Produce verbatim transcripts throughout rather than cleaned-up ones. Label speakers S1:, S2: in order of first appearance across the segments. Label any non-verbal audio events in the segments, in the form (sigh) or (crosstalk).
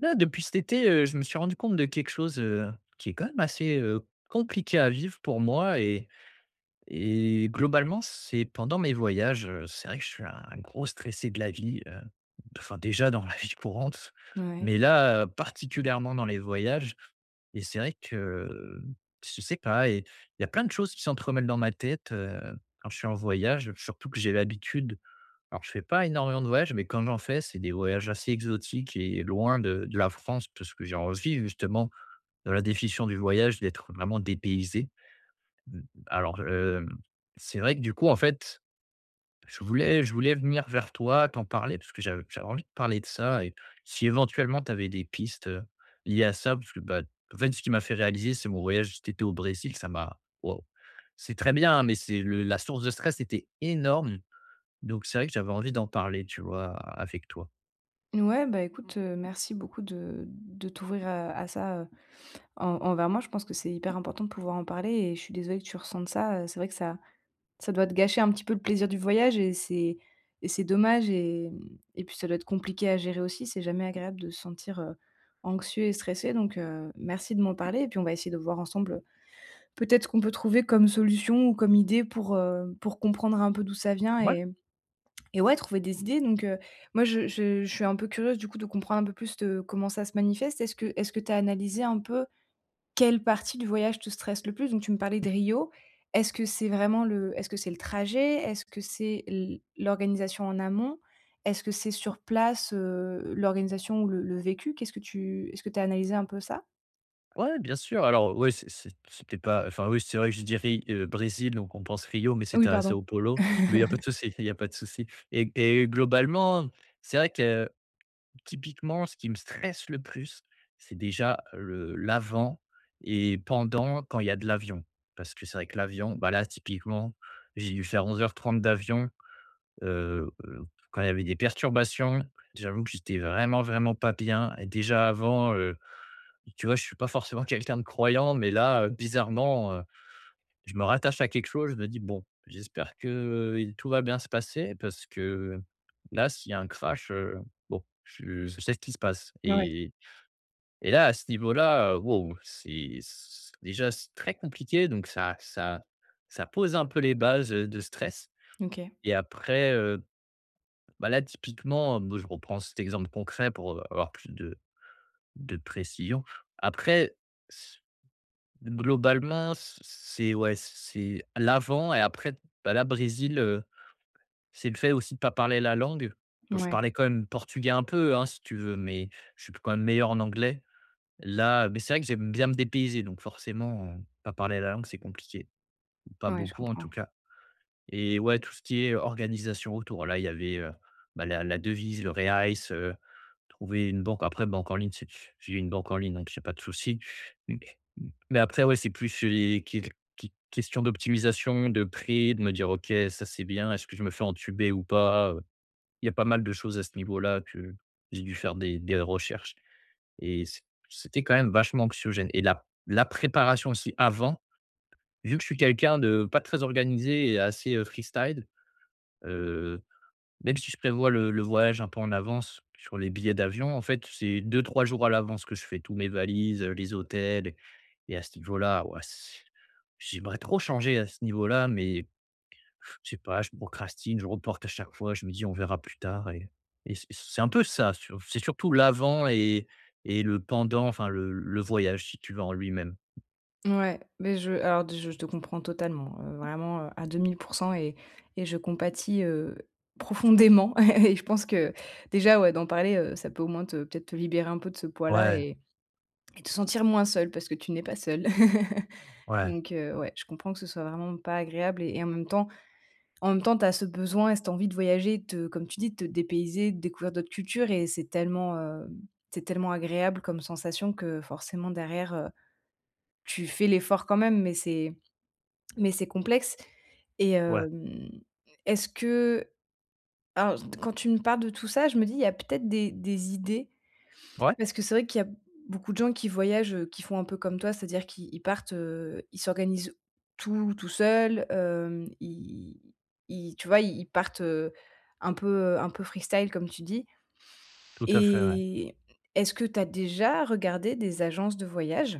S1: Là, depuis cet été, heu, je me suis rendu compte de quelque chose, heu, qui est quand même assez, heu, compliqué à vivre pour moi et et globalement, c'est pendant mes voyages. Heu, c'est vrai que je suis un un gros stressé de la vie, heu, enfin déjà dans la (laughs) vie courante,
S2: Ouais.
S1: mais là, heu, particulièrement dans les voyages. Et c'est vrai que, heu, je sais pas, et il y a plein de choses qui s'entremêlent dans ma tête, heu, quand je suis en voyage. Surtout que j'ai l'habitude, alors, je fais pas énormément de voyages, mais quand j'en fais, c'est des voyages assez exotiques et loin de de la France, parce que j'ai envie justement, dans la définition du voyage, d'être vraiment dépaysé. Mmh, alors, hem, c'est vrai que du coup, en fait, je voulais je voulais venir vers toi, t'en parler, parce que j'avais j'avais envie de parler de ça, et si éventuellement tu avais des pistes, heu, liées à ça, parce que, bah, en fait, ce qui m'a fait réaliser, c'est mon voyage cet été au Brésil. Ça m'a waouh! C'est très bien, hein, mais c'est le la source de stress était énorme. Donc c'est vrai que j'avais envie d'en parler, tu vois, avec toi.
S2: Ouais, bah, écoute, heu, merci beaucoup de de t'ouvrir à à ça, heu, en envers moi. Je pense que c'est hyper important de pouvoir en parler et je suis désolée que tu ressentes ça, heu, c'est vrai que ça ça doit te gâcher un petit peu le plaisir du voyage, et c'est et c'est dommage, et mmh et puis ça doit être compliqué à gérer aussi. C'est jamais agréable de se sentir, heu, anxieux et stressé. Donc heu, merci de m'en parler et puis on va essayer de voir ensemble, euh, peut-être ce qu'on peut trouver comme solution ou comme idée pour, heu, pour comprendre un peu d'où ça vient.
S1: Ouais,
S2: Et ouais, trouver des idées. Donc heu, moi je je je suis un peu curieuse du coup de comprendre un peu plus de comment ça se manifeste. Est-ce que est-ce que tu as analysé un peu quelle partie du voyage te stresse le plus? Donc tu me parlais de Rio. Est-ce que c'est vraiment le est-ce que c'est le trajet? Est-ce que c'est l l'organisation en amont? Est-ce que c'est sur place, heu, l'organisation ou le le vécu? Qu'est-ce que tu est-ce que tu as analysé un peu ça?
S1: ouais, bien sûr. Alors, ouais, c'est c'est c'était pas, enfin, oui, c'est vrai que je dirais Ri Brésil, donc on pense Rio, mais c'était
S2: Oui,
S1: à
S2: pardon.
S1: São Paulo, mais il y a pas de
S2: (laughs)
S1: souci, il y a pas de souci. Et et globalement, c'est vrai que Typiquement, ce qui me stresse le plus, c'est déjà le l'avant et pendant, quand il y a de l'avion. Parce que c'est vrai que l'avion, bah là, typiquement, j'ai dû faire onze heures trente d'avion, heu, heu, quand il y avait des perturbations. J'avoue que j'étais vraiment, vraiment pas bien. Et déjà avant, heu, tu vois, je suis pas forcément (laughs) quelqu'un de croyant, mais là, heu, bizarrement, euh, je me rattache à quelque chose, je me dis: «Bon, j'espère que, il tout va bien se passer, parce que là, s'il y a un crash, heu, bon, je je sais ce qui se passe.»
S2: Ouais,
S1: Et et là, à ce niveau-là, heu, waouh, c'est c déjà, c'est très compliqué. Donc ça ça ça pose un peu les bases, heu, de stress.
S2: OK.
S1: Et après, heu, bah, là, typiquement, euh, bon, je reprends cet exemple concret pour avoir plus de de précision. Après, globalement, c c'est, ouais, c'est l'avant, et après, bah, là, Brésil, heu, c'est le fait aussi de pas parler la langue. Donc je
S2: Ouais,
S1: parlais quand même portugais un peu, hein, si tu veux, mais je suis quand même meilleur en anglais. Là, mais c'est vrai que j'aime bien me dépayser, donc forcément, heu, pas parler la langue, c'est compliqué. Pas
S2: ouais, je
S1: beaucoup, en
S2: comprends.
S1: tout cas. Et ouais, tout ce qui est organisation autour, là, il y avait, heu, bah, la la devise, le reais. Trouver une banque, après banque en ligne, c'est, j'ai une banque en ligne, donc j'ai pas de souci. Mais mmh, mais après, ouais, c'est plus euh, les ques ques questions d'optimisation, de prix, de me dire: «OK, ça c'est bien, est-ce que je me fais entuber ou pas?» Il y a pas mal de choses à ce niveau-là, que j'ai dû faire des des recherches. et c C'était quand même vachement anxiogène. Et la la préparation aussi avant, vu que je suis quelqu'un de pas très organisé et assez, heu, freestyle. euh, Même si je prévois le le voyage un peu en avance sur les billets d'avion, en fait, c'est deux trois jours à l'avance que je fais tous mes valises, heu, les hôtels. Et à ce niveau-là, ouais, c'est, j'aimerais trop changer à ce niveau-là, mais je sais pas, je procrastine, je reporte à chaque fois, je me dis: «On verra plus tard.» Et et c'est c'est un peu ça, sur c'est surtout l'avant et et le pendant, enfin le le voyage, si tu veux, en lui-même.
S2: Ouais, mais je alors je je te comprends totalement, heu, vraiment, heu, à deux mille pour cent. Et et je compatis, heu, profondément. (laughs) Et je pense que déjà, ouais, d'en parler, heu, ça peut au moins te peut-être te libérer un peu de ce poids-là,
S1: Ouais,
S2: et et te sentir moins seule parce que tu n'es pas seule. (laughs)
S1: ouais,
S2: Donc heu, ouais, je comprends que ce soit vraiment pas agréable, et et en même temps en même temps, tu as ce besoin et cette envie de voyager, de, comme tu dis, de te dépayser, de découvrir d'autres cultures. Et c'est tellement, heu, c'est tellement agréable comme sensation que forcément derrière, heu, tu fais l'effort quand même, mais c'est mais c'est complexe. Et
S1: ouais.
S2: hem, est-ce que alors quand tu me parles de tout ça, je me dis il y a peut-être des des idées,
S1: Ouais,
S2: parce que c'est vrai qu'il y a beaucoup de gens qui voyagent, heu, qui font un peu comme toi, c'est-à-dire qu'ils ils partent, heu, ils s'organisent tout, tout seuls, hem, ils ils tu vois, ils partent, heu, un peu, un peu freestyle comme tu dis.
S1: tout à fait, ouais.
S2: Et est-ce que tu as déjà regardé des agences de voyage?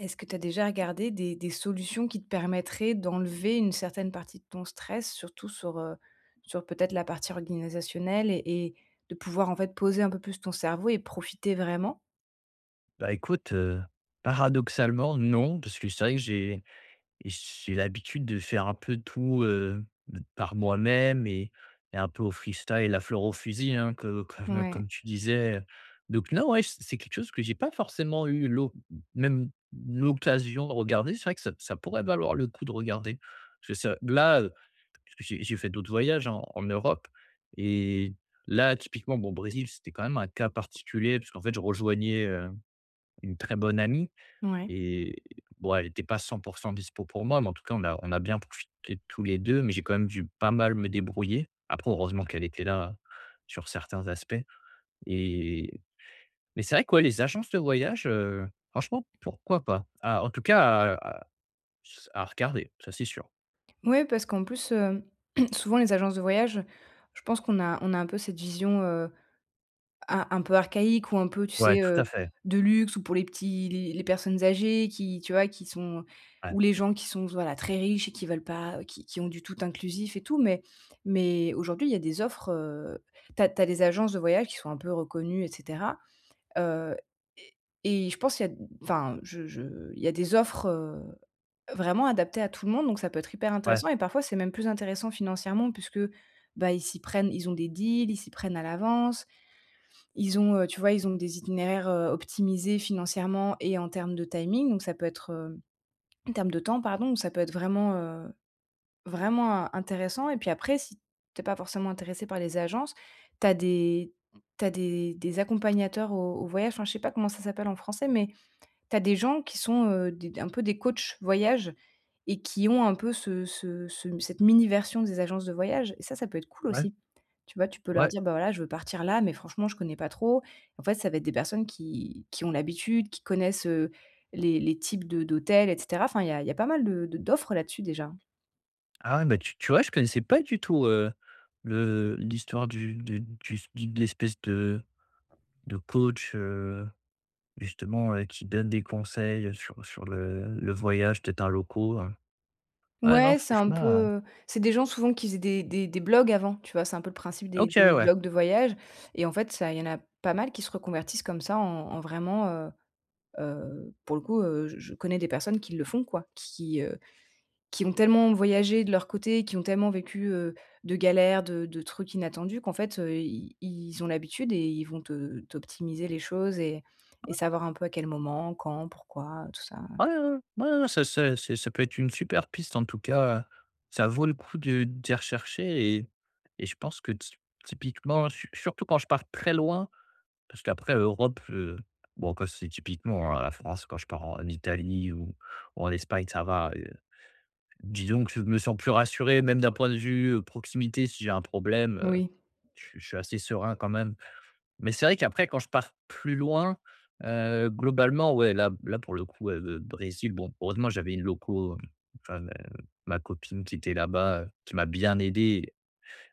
S2: Est-ce que tu as déjà regardé des des solutions qui te permettraient d'enlever une certaine partie de ton stress, surtout sur, heu, sur peut-être la partie organisationnelle et et de pouvoir, en fait, poser un peu plus ton cerveau et profiter vraiment?
S1: Bah écoute, heu, paradoxalement non, parce que c'est vrai que j'ai, et j'ai l'habitude de faire un peu tout, heu, par moi-même, et et un peu au freestyle, la fleur au fusil, hein, que comme
S2: Ouais,
S1: comme tu disais. Donc non, ouais, c c'est quelque chose que j'ai pas forcément eu l'oc même l'occasion de regarder. C'est vrai que ça ça pourrait valoir le coup de regarder. Parce que ça là, heu, j'ai j'ai fait d'autres voyages en en Europe. Et là, typiquement, bon, Brésil, c'était quand même un cas particulier, puisqu'en fait, je rejoignais, heu, une très bonne amie,
S2: ouais.
S1: et bon, elle était pas cent pour cent dispo pour moi, mais en tout cas, on a on a bien profité tous les deux, mais j'ai quand même dû pas mal me débrouiller. Après, heureusement qu'elle était là, euh, sur certains aspects. et mais c'est vrai que, ouais, les agences de voyage, heu, franchement, pourquoi pas? Ah, en tout cas, à à à regarder, ça, c'est sûr.
S2: Ouais, parce qu'en plus, heu, (clears throat) souvent les agences de voyage, je pense qu'on a on a un peu cette vision, euh, Un un peu archaïque, ou un peu, tu
S1: Ouais,
S2: sais,
S1: tout à
S2: heu,
S1: fait.
S2: de luxe ou pour les petits les les personnes âgées qui, tu vois, qui sont,
S1: Ouais,
S2: ou les gens qui sont, voilà, très riches et qui veulent pas, euh, qui qui ont du tout inclusif et tout. Mais mais aujourd'hui, il y a des offres, heu, t'as as des agences de voyage qui sont un peu reconnues, et cetera, heu et et je pense il y a, enfin, je je il y a des offres, heu, vraiment adaptées à tout le monde, donc ça peut être hyper
S1: ouais,
S2: intéressant et parfois, c'est même plus intéressant financièrement puisque, bah, ils s'y prennent, ils ont des deals, ils s'y prennent à l'avance, ils ont, heu, tu vois, ils ont des itinéraires, heu, optimisés financièrement et en termes de timing, donc ça peut être, heu en termes de temps, pardon, ça peut être vraiment, heu, vraiment in intéressant. Et puis après, si tu es pas forcément intéressé par les agences, tu as des... tu as des des accompagnateurs au au voyage, enfin, je sais pas comment ça s'appelle en français, mais t'as des gens qui sont, heu, des un peu des coachs voyage, et qui ont un peu ce ce ce cette mini version des agences de voyage, et ça, ça peut être cool
S1: ouais,
S2: aussi. Tu vois? Tu peux leur
S1: ouais.
S2: dire: «Bah, voilà, je veux partir là, mais franchement, je connais pas trop». En fait, ça va être des personnes qui qui ont l'habitude, qui connaissent, heu, les les types de d'hôtels et cetera. Enfin, il y a il y a pas mal de de d'offres là-dessus déjà.
S1: Ah ouais, bah, tu tu vois, je connaissais pas du tout, heu, le l'histoire du du du s de l'espèce de de coach, justement, heu, qui donne des conseils, sur sur le le voyage, peut-être un locaux, heu. Ah non,
S2: Ouais, c'est un
S1: franchement, heu,
S2: peu, c'est des gens souvent qui faisaient des des des blogs avant, tu vois? C'est un peu le principe des
S1: OK,
S2: des
S1: ouais.
S2: blogs de voyage, et en fait, ça il y en a pas mal qui se reconvertissent comme ça en en vraiment, heu Heu, pour le coup, heu, je je connais des personnes qui le font quoi, qui, heu, qui ont tellement voyagé de leur côté, qui ont tellement vécu, heu, de galères, de de trucs inattendus qu'en fait, heu, i ils ont l'habitude et ils vont te t'optimiser les choses et et savoir un peu à quel moment, quand, pourquoi, tout ça.
S1: Ouais, ouais, ouais, ouais, ouais, ça, c'est, ça peut être une super piste, en tout cas, heu, ça vaut le coup de d'y rechercher. et et je pense que ty typiquement, su surtout quand je pars très loin, parce qu'après Europe, heu, bon, quand c'est typiquement, heu, la France, quand je pars en Italie ou ou en Espagne, ça va, heu, disons que je me sens plus rassuré, même d'un point de vue, heu, proximité, si j'ai un problème, euh,
S2: Oui,
S1: Je je suis assez serein quand même. Mais c'est vrai qu'après, quand je pars plus loin, heu, globalement, ouais, là là pour le coup, heu, le Brésil, bon, heureusement j'avais une loco, hem, enfin, ma ma copine qui était là-bas, heu, qui m'a bien aidé.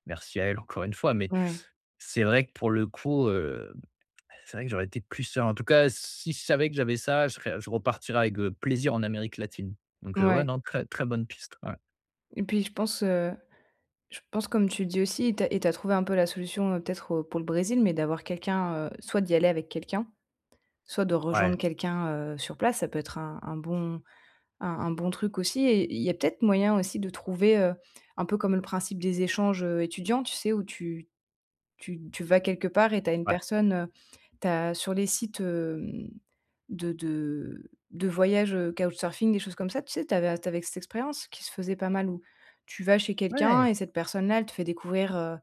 S1: Merci à elle encore une fois. Mais
S2: ouais,
S1: c'est vrai que pour le coup, heu, c'est vrai que j'aurais été plus serein. En tout cas, si je savais que j'avais ça, je serais je repartirais avec, heu, plaisir en Amérique latine. Donc, heu, ouais,
S2: ouais.
S1: non, très, très bonne piste. Ouais.
S2: Et puis je pense, heu, je pense comme tu le dis aussi, et t'as et tu trouvé un peu la solution, heu, peut-être, heu, pour le Brésil, mais d'avoir quelqu'un, heu, soit d'y aller avec quelqu'un, soit de rejoindre
S1: Ouais,
S2: quelqu'un, heu, sur place. Ça peut être un un bon un un bon truc aussi, et il y a peut-être moyen aussi de trouver, heu, un peu comme le principe des échanges, heu, étudiants, tu sais? Où tu tu tu vas quelque part et tu as une
S1: ouais.
S2: personne, heu, tu sur les sites, hem, de de de voyage, heu, couchsurfing, des choses comme ça, tu sais, tu avais cette expérience qui se faisait pas mal où tu vas chez quelqu'un
S1: Ouais!
S2: et cette personne-là, elle te fait découvrir, heu,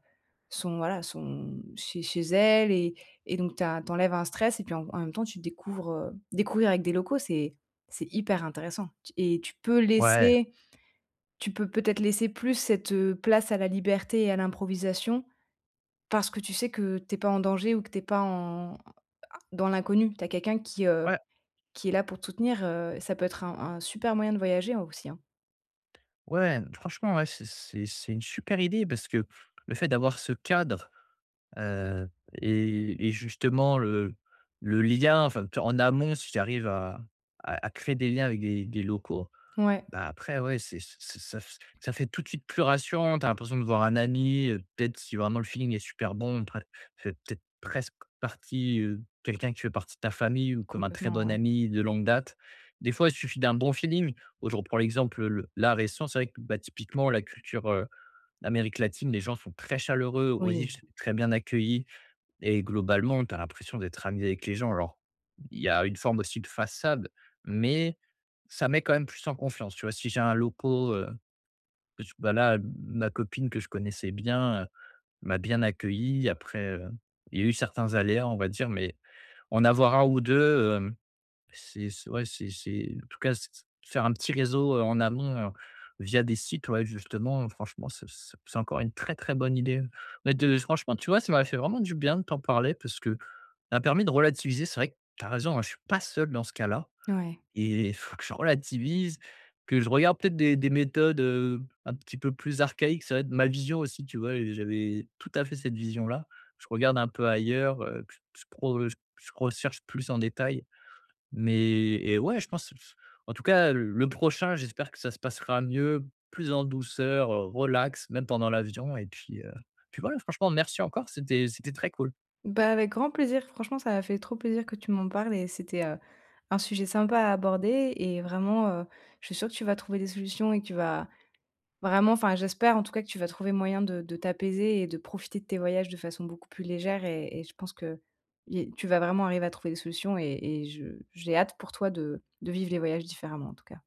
S2: son voilà, son chez chez elle, et et donc t'as t'enlèves un stress, et puis en en même temps, tu découvres, heu, découvrir avec des locaux, c'est c'est hyper intéressant. Et tu peux
S1: Ouais.
S2: laisser tu peux peut-être laisser plus cette, heu, place à la liberté et à l'improvisation parce que tu sais que t'es pas en danger ou que t'es pas en dans l'inconnu. Tu as quelqu'un qui, heu,
S1: Ouais.
S2: qui est là pour te soutenir, heu, ça peut être un un super moyen de voyager aussi, hein.
S1: Ouais, franchement, ouais, c'est c'est c'est une super idée, parce que le fait d'avoir ce cadre, heu et et justement le le lien, enfin, en amont, si j'arrive à à à créer des liens avec des des locaux,
S2: Ouais,
S1: bah, après, ouais, c'est c'est ça f ça fait tout de suite plus rassurant. Tu l'impression de voir un ami, heu, peut-être si vraiment le feeling est super bon, après fait peut-être presque partie, heu, quelqu'un qui fait partie de ta famille, ou comme un très
S2: complètement,
S1: bon
S2: ouais.
S1: ami de longue date. Des fois, il suffit d'un bon feeling. Aujourd'hui je reprends l'exemple, le là, récent, c'est vrai que, bah, typiquement la culture, heu, Amérique latine, les gens sont très chaleureux. Au Brésil,
S2: Oui,
S1: j'étais très bien accueilli. Et globalement, tu as l'impression d'être ami avec les gens. Alors, il y a une forme aussi de façade, mais ça met quand même plus en confiance. Tu vois, si j'ai un loco, heu, que je bah, là, ma copine que je connaissais bien, heu, m'a bien accueilli. Après, heu, il y a eu certains aléas, on va dire, mais en avoir un ou deux. euh, c'est c'est ouais, c'est c'est en tout cas, c c faire un petit réseau, heu, en amont, heu, via des sites, ouais, justement, euh, franchement, c'est c'est c'est encore une très, très bonne idée. Mais de franchement, tu vois, ça m'a fait vraiment du bien de t'en parler, parce que ça m'a permis de relativiser. C'est vrai que tu as raison, hein, je suis pas seul dans ce cas-là,
S2: ouais.
S1: et il faut que je relativise, que je regarde peut-être des des méthodes, heu, un petit peu plus archaïques. Ça va être ma vision aussi, tu vois? Et j'avais tout à fait cette vision-là. Je regarde un peu ailleurs, heu, je je pro je recherche plus en détail. Mais et ouais, je pense, en tout cas, le le prochain, j'espère que ça se passera mieux, plus en douceur, heu, relax, même pendant l'avion. Et puis, heu, puis voilà, franchement, merci encore, c'était c'était très cool.
S2: Bah, avec grand plaisir. Franchement, ça m'a fait trop plaisir que tu m'en parles et c'était, heu, un sujet sympa à aborder et vraiment, heu, je suis sûre que tu vas trouver des solutions et que tu vas... Vraiment, enfin, j'espère en tout cas que tu vas trouver moyen de de t'apaiser et de profiter de tes voyages de façon beaucoup plus légère, et et je pense que y tu vas vraiment arriver à trouver des solutions, et et je j'ai hâte pour toi de de vivre les voyages différemment, en tout cas.